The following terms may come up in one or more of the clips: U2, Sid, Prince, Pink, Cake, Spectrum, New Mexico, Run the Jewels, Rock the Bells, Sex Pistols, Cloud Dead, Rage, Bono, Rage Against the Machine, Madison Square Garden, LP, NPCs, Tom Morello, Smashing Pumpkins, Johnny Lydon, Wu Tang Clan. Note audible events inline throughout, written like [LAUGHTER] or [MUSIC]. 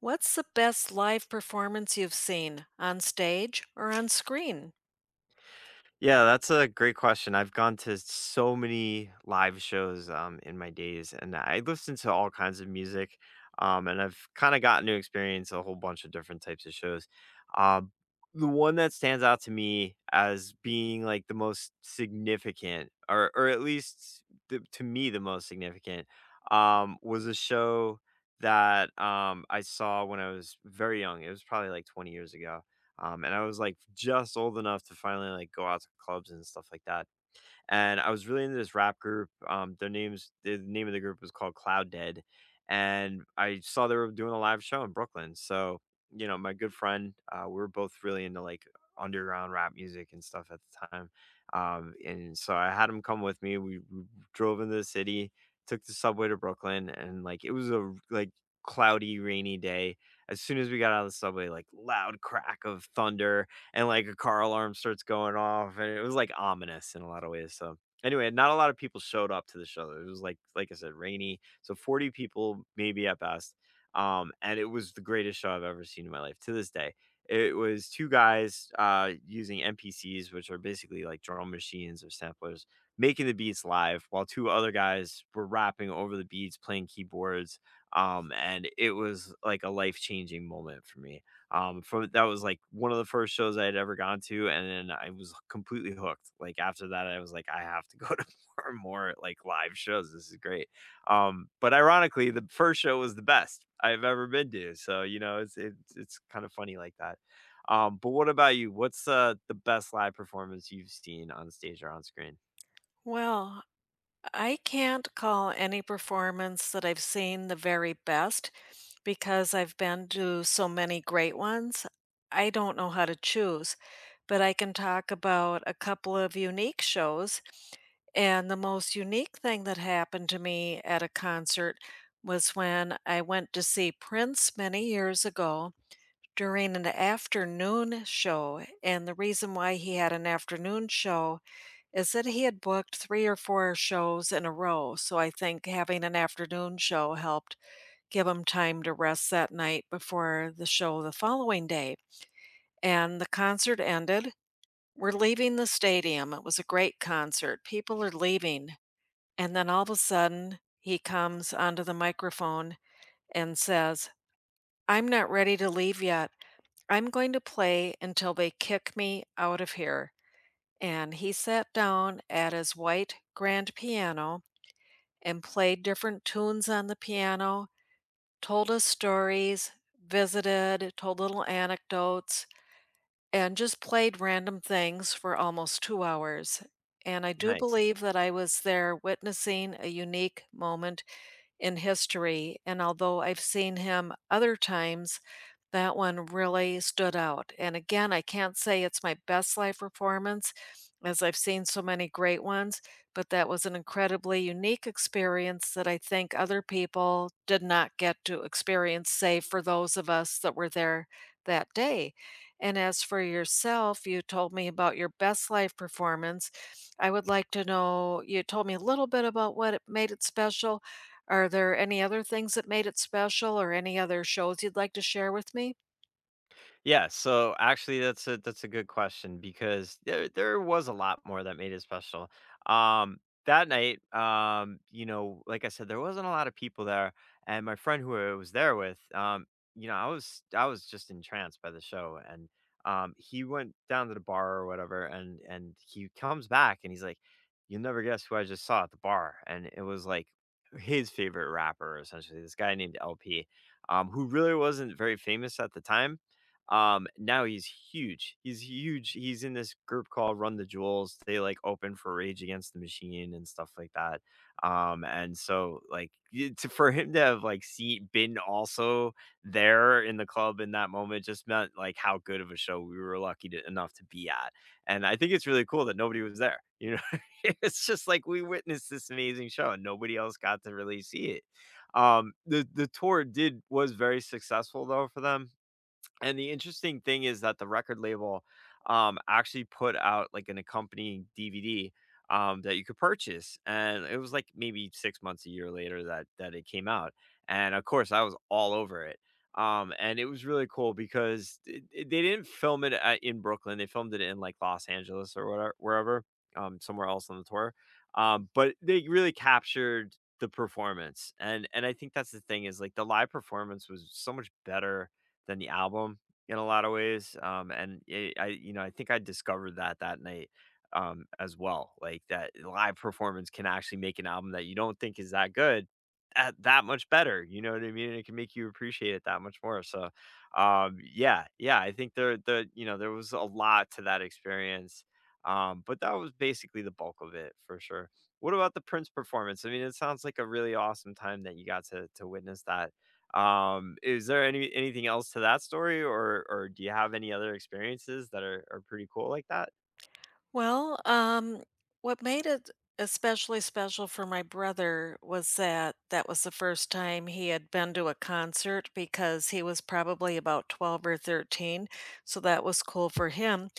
What's the best live performance you've seen on stage or on screen? Yeah, that's a great question. I've gone to so many live shows in my days, and I listen to all kinds of music, and I've kind of gotten to experience a whole bunch of different types of shows. Um, the one that stands out to me as being like the most significant, or at least the, to me the most significant, was a show that I saw when I was very young. It was probably like 20 years ago and I was like just old enough to finally like go out to clubs and stuff like that, and I was really into this rap group. Their names, the name of the group was called Cloud Dead, and I saw they were doing a live show in Brooklyn. So you know, my good friend, we were both really into like underground rap music and stuff at the time. And so I had him come with me. We drove into the city, took the subway to Brooklyn, and like it was a like cloudy, rainy day. As soon as we got out of the subway, like loud crack of thunder and like a car alarm starts going off, and it was like ominous in a lot of ways. So anyway, not a lot of people showed up to the show. It was like I said, rainy. So 40 people maybe at best. And it was the greatest show I've ever seen in my life to this day. It was two guys using NPCs, which are basically like drum machines or samplers, making the beats live while two other guys were rapping over the beats, playing keyboards. And it was like a life changing moment for me. From that was, like, one of the first shows I had ever gone to, and then I was completely hooked. Like, after that, I was like, "I have to go [LAUGHS] to more and more, like, live shows. This is great." But ironically, the first show was the best I've ever been to, so, you know, it's kind of funny like that. But what about you? What's, the best live performance you've seen on stage or on screen? Well, I can't call any performance that I've seen the very best because I've been to so many great ones. I don't know how to choose, but I can talk about a couple of unique shows. And the most unique thing that happened to me at a concert was when I went to see Prince many years ago during an afternoon show, and the reason why he had an afternoon show is that he had booked 3 or 4 shows in a row, so I think having an afternoon show helped give him time to rest that night before the show the following day, and the concert ended. We're leaving the stadium, it was a great concert, people are leaving, and then all of a sudden, he comes onto the microphone and says, "I'm not ready to leave yet. I'm going to play until they kick me out of here." And he sat down at his white grand piano and played different tunes on the piano, told us stories, visited, told little anecdotes, and just played random things for almost 2 hours. And I do Nice. believe that I was there witnessing a unique moment in history. And although I've seen him other times, that one really stood out, and again, I can't say it's my best live performance, as I've seen so many great ones, but that was an incredibly unique experience that I think other people did not get to experience, save for those of us that were there that day. And as for yourself, you told me about your best live performance. I would like to know, you told me a little bit about what it made it special. Are there any other things that made it special or any other shows you'd like to share with me? Yeah, so actually that's a good question because there was a lot more that made it special. Um that night, you know, like I said, there wasn't a lot of people there. And my friend who I was there with, you know, I was just entranced by the show. And he went down to the bar or whatever, and he comes back and he's like, you'll never guess who I just saw at the bar. And it was like his favorite rapper, essentially, this guy named LP, who really wasn't very famous at the time, now he's huge. He's huge. He's in this group called Run the Jewels. They like open for Rage Against the Machine and stuff like that. And so like it's for him to have like see been also there in the club in that moment just meant like how good of a show we were lucky to, enough to be at. And I think it's really cool that nobody was there. You know, [LAUGHS] it's just like we witnessed this amazing show and nobody else got to really see it. The tour did was very successful though for them, and the interesting thing is that the record label, actually put out, like, an accompanying DVD, that you could purchase, and it was, like, maybe 6 months, a year later that it came out, and, of course, I was all over it, and it was really cool because it they didn't film it at in Brooklyn, they filmed it in, like, Los Angeles or whatever wherever, somewhere else on the tour, but they really captured the performance, and I think that's the thing is, like, the live performance was so much better than the album in a lot of ways. And it, I, you know, I think I discovered that that night as well. Like that live performance can actually make an album that you don't think is that good that, that much better. You know what I mean? And it can make you appreciate it that much more. So, yeah, yeah, I think there, the you know, there was a lot to that experience. But that was basically the bulk of it for sure. What about the Prince performance? I mean, it sounds like a really awesome time that you got to witness that, is there anything else to that story, or do you have any other experiences that are pretty cool like that? Well, what made it especially special for my brother was that that was the first time he had been to a concert because he was probably about 12 or 13. So that was cool for him.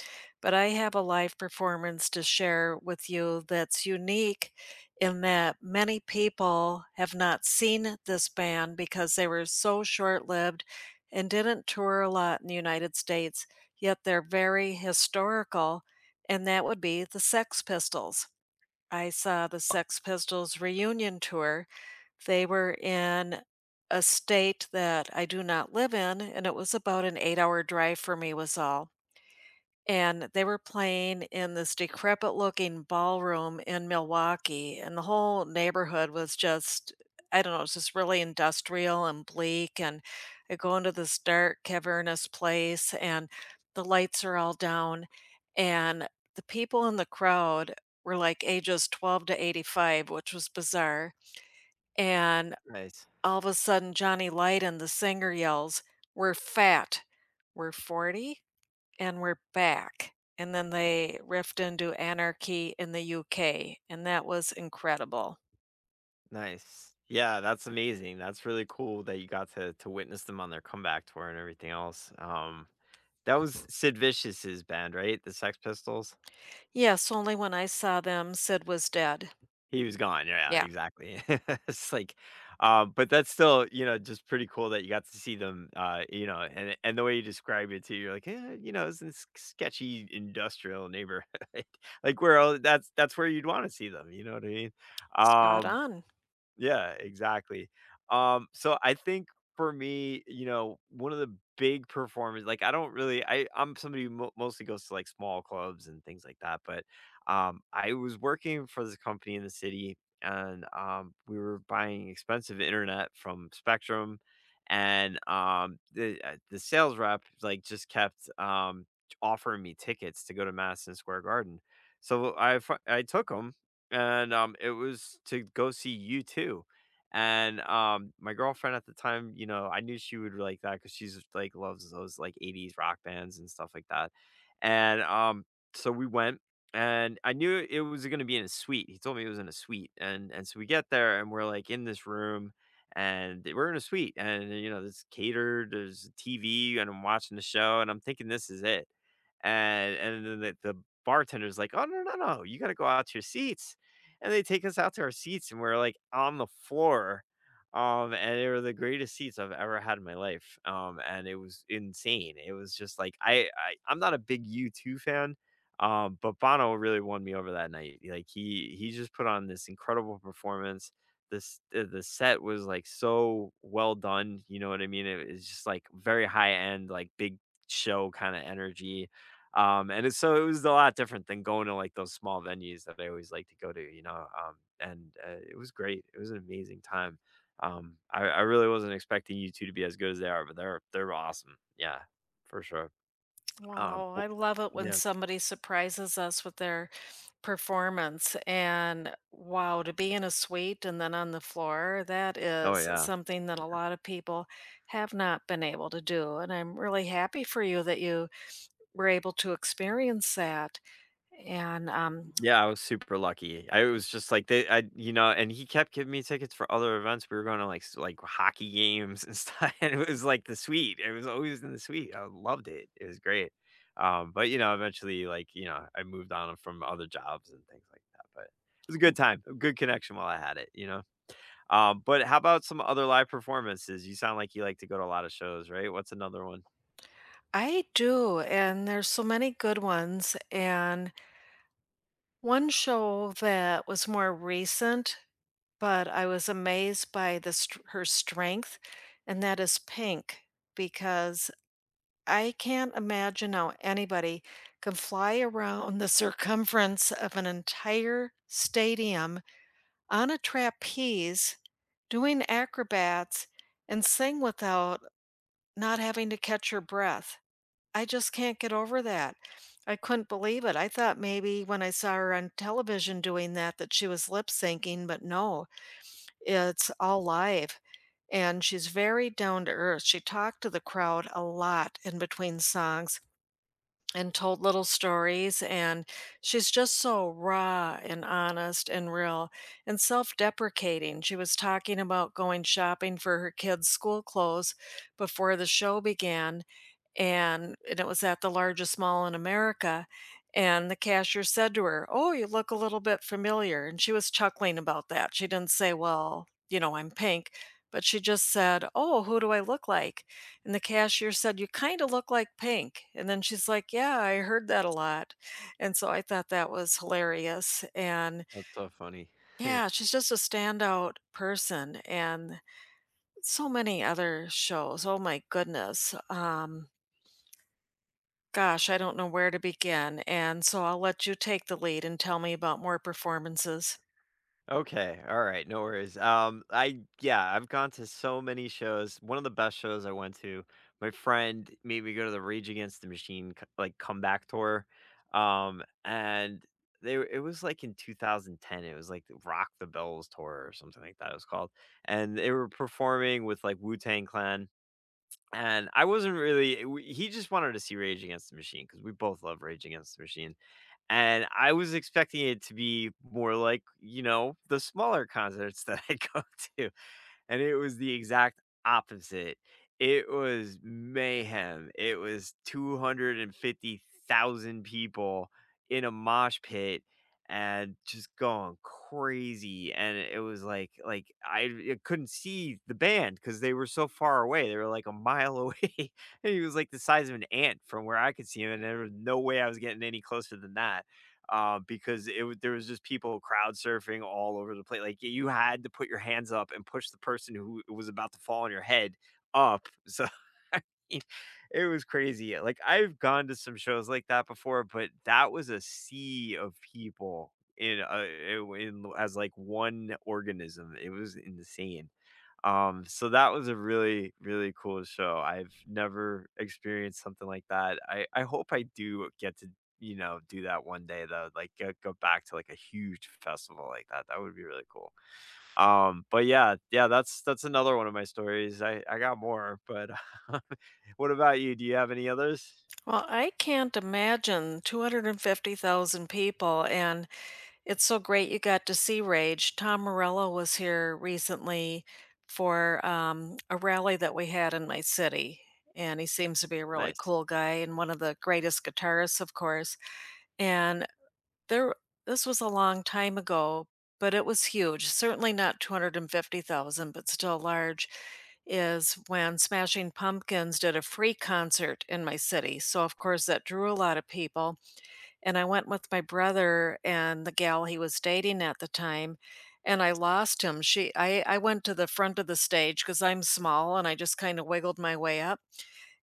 But I have a live performance to share with you that's unique in that many people have not seen this band because they were so short lived and didn't tour a lot in the United States, yet they're very historical and that would be the Sex Pistols. I saw the Sex Pistols reunion tour. They were in a state that I do not live in, and it was about an 8-hour drive for me, was all. And they were playing in this decrepit looking ballroom in Milwaukee, and the whole neighborhood was just, I don't know, it's just really industrial and bleak, and I go into this dark, cavernous place, and the lights are all down, and the people in the crowd were, like, ages 12 to 85, which was bizarre, and Nice, all of a sudden, Johnny Lydon, the singer, yells, "We're fat." "We're 40?" and we're back. And then they riffed into Anarchy in the UK, and that was incredible. nice. Yeah, that's amazing. That's really cool that you got to witness them on their comeback tour and everything else. That was Sid Vicious's band, right? The Sex Pistols. Yes, only when I saw them, Sid was dead. He was gone, yeah, Yeah, exactly. [LAUGHS] It's like, but that's still, you know, just pretty cool that you got to see them, you know, and the way you describe it too, you're like, "Eh, you know, it's a sketchy industrial neighborhood." [LAUGHS] Like, where all that's where you'd wanna see them, you know what I mean? spot Um on. yeah, exactly. So I think for me, you know, one of the big performers, like I don't really, I'm somebody who mostly goes to like small clubs and things like that. But I was working for this company in the city, and we were buying expensive internet from Spectrum, and the sales rep like just kept offering me tickets to go to Madison Square Garden. So I I took 'em, and, it was to go see you too, and, my girlfriend at the time, you know, I knew she would like that because she's like loves those like 80s rock bands and stuff like that, and, so we went, and I knew it was gonna be in a suite. He told me it was in a suite, and so we get there, and we're like in this room, and we're in a suite, and, you know, it's catered, there's a TV, and I'm watching the show, and I'm thinking this is it, and then the bartender's like, "Oh, no, no, no, you gotta go out to your seats," and they take us out to our seats, and we're, like, on the floor, and they were the greatest seats I've ever had in my life, and it was insane. It was just, like, I'm not a big U2 fan, but Bono really won me over that night. Like, he just put on this incredible performance. This the set was, like, so well done, you know what I mean? It was just, like, very high-end, like, big show kinda energy. And it's so it was a lot different than going to, like, those small venues that I always like to go to, you know, and, it was great. It was an amazing time. I really wasn't expecting you 2 to be as good as they are, but they're awesome. Yeah, for sure. Wow, W I love it when Yeah. somebody surprises us with their performance. And wow, to be in a suite and then on the floor, that Oh, is yeah. something that a lot of people have not been able to do. And I'm really happy for you that you were able to experience that. And Yeah, I was super lucky. I was just like they I you know, and he kept giving me tickets for other events. We were going to like like hockey games and stuff. [LAUGHS] And it was like the suite. It was always in the suite. I loved it. It was great. But you know, eventually like, you know, I moved on from other jobs and things like that. But it was a good time, a good connection while I had it, you know. But how about some other live performances? You sound like you like to go to a lot of shows, right? What's another one? I do, and there's so many good ones. And one show that was more recent, but I was amazed by the str her strength, and that is Pink, because I can't imagine how anybody can fly around the [LAUGHS] circumference of an entire stadium on a trapeze, doing acrobats, and sing without not having to catch your breath. I just can't get over that. I couldn't believe it. I thought maybe when I saw her on television doing that, that she was lip syncing, but no, it's all live. And she's very down to earth. She talked to the crowd a lot in between songs and told little stories. And she's just so raw and honest and real and self deprecating. She was talking about going shopping for her kids' school clothes before the show began, and it was at the largest mall in America, and the cashier said to her, "Oh, you look a little bit familiar," and she was chuckling about that. She didn't say, "Well, you know, I'm pink," but she just said, "Oh, who do I look like?" And the cashier said, "You kind of look like Pink." And then she's like, "Yeah, I heard that a lot." And so I thought that was hilarious. And That's so funny. yeah, [LAUGHS] she's just a standout person, and so many other shows. Oh my goodness. Gosh, I don't know where to begin, and so I'll let you take the lead and tell me about more performances. Okay, all right, no worries. I Yeah, I've gone to so many shows. One of the best shows I went to, my friend made me go to the Rage Against the Machine like comeback tour, and they were- it was like in 2010. It was like the Rock the Bells tour or something like that. It was called, and they were performing with like Wu Tang Clan. And I wasn't really. He just wanted to see Rage Against the Machine because we both love Rage Against the Machine, and I was expecting it to be more like, you know, the smaller concerts that I go [LAUGHS] to, and it was the exact opposite. It was mayhem. It was 250,000 people in a mosh pit and just going crazy, and it was like, I couldn't see the band because they were so far away. They were, like, a mile away, [LAUGHS] and he was, like, the size of an ant from where I could see him, and there was no way I was getting any closer than that, because it w there was just people crowd surfing all over the place. Like, you had to put your hands up and push the person who was about to fall on your head up. So, [LAUGHS] I mean, it was crazy. Yeah, like, I've gone to some shows like that before, but that was a sea of people in, as, like, one organism. It was insane. So that was a really, really cool show. I've never experienced something like that. I hope I do get to, you know, do that one day though, like go back to like a huge festival like that. That would be really cool. But yeah, yeah, that's another one of my stories. I got more, but [LAUGHS] what about you? Do you have any others? Well, I can't imagine 250,000 people, and it's so great you got to see Rage. Tom Morello was here recently for a rally that we had in my city, and he seems to be a really Nice. cool guy and one of the greatest guitarists, of course. And There this was a long time ago, but it was huge, certainly not 250,000, but still large, is when Smashing Pumpkins did a free concert in my city, so, of course, that drew a lot of people, and I went with my brother and the gal he was dating at the time, and I lost him. She I went to the front of the stage because 'cause I'm small, and I just kinda wiggled my way up,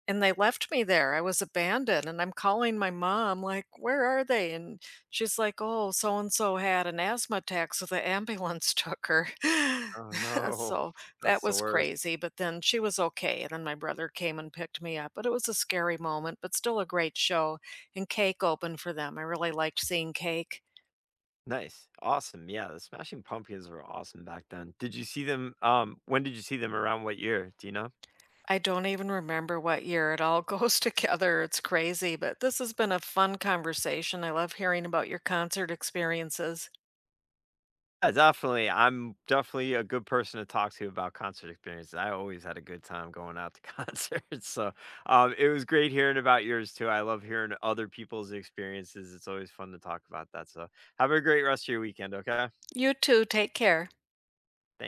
and they left me there, I was abandoned, and I'm calling my mom like, "Where are they?" And she's like, "Oh, so and so had an asthma attack, so the ambulance [LAUGHS] took her." [LAUGHS] Oh no, So, [LAUGHS] that that's the was worst. crazy, but then she was okay, and then my brother came and picked me up, but it was a scary moment, but still a great show, and Cake opened for them, I really liked seeing Cake. Nice. Awesome. Yeah, the Smashing Pumpkins were awesome back then. Did you see them when did you see them around what year? Do you know? I don't even remember what year, it all [LAUGHS] goes together, it's crazy, but this has been a fun conversation, I love hearing about your concert experiences. Yeah, definitely. I'm definitely a good person to talk to about concert experiences. I always had a good time going out to [LAUGHS] concerts. So it was great hearing about yours too. I love hearing other people's experiences. It's always fun to talk about that. So have a great rest of your weekend. Okay. You too. Take care.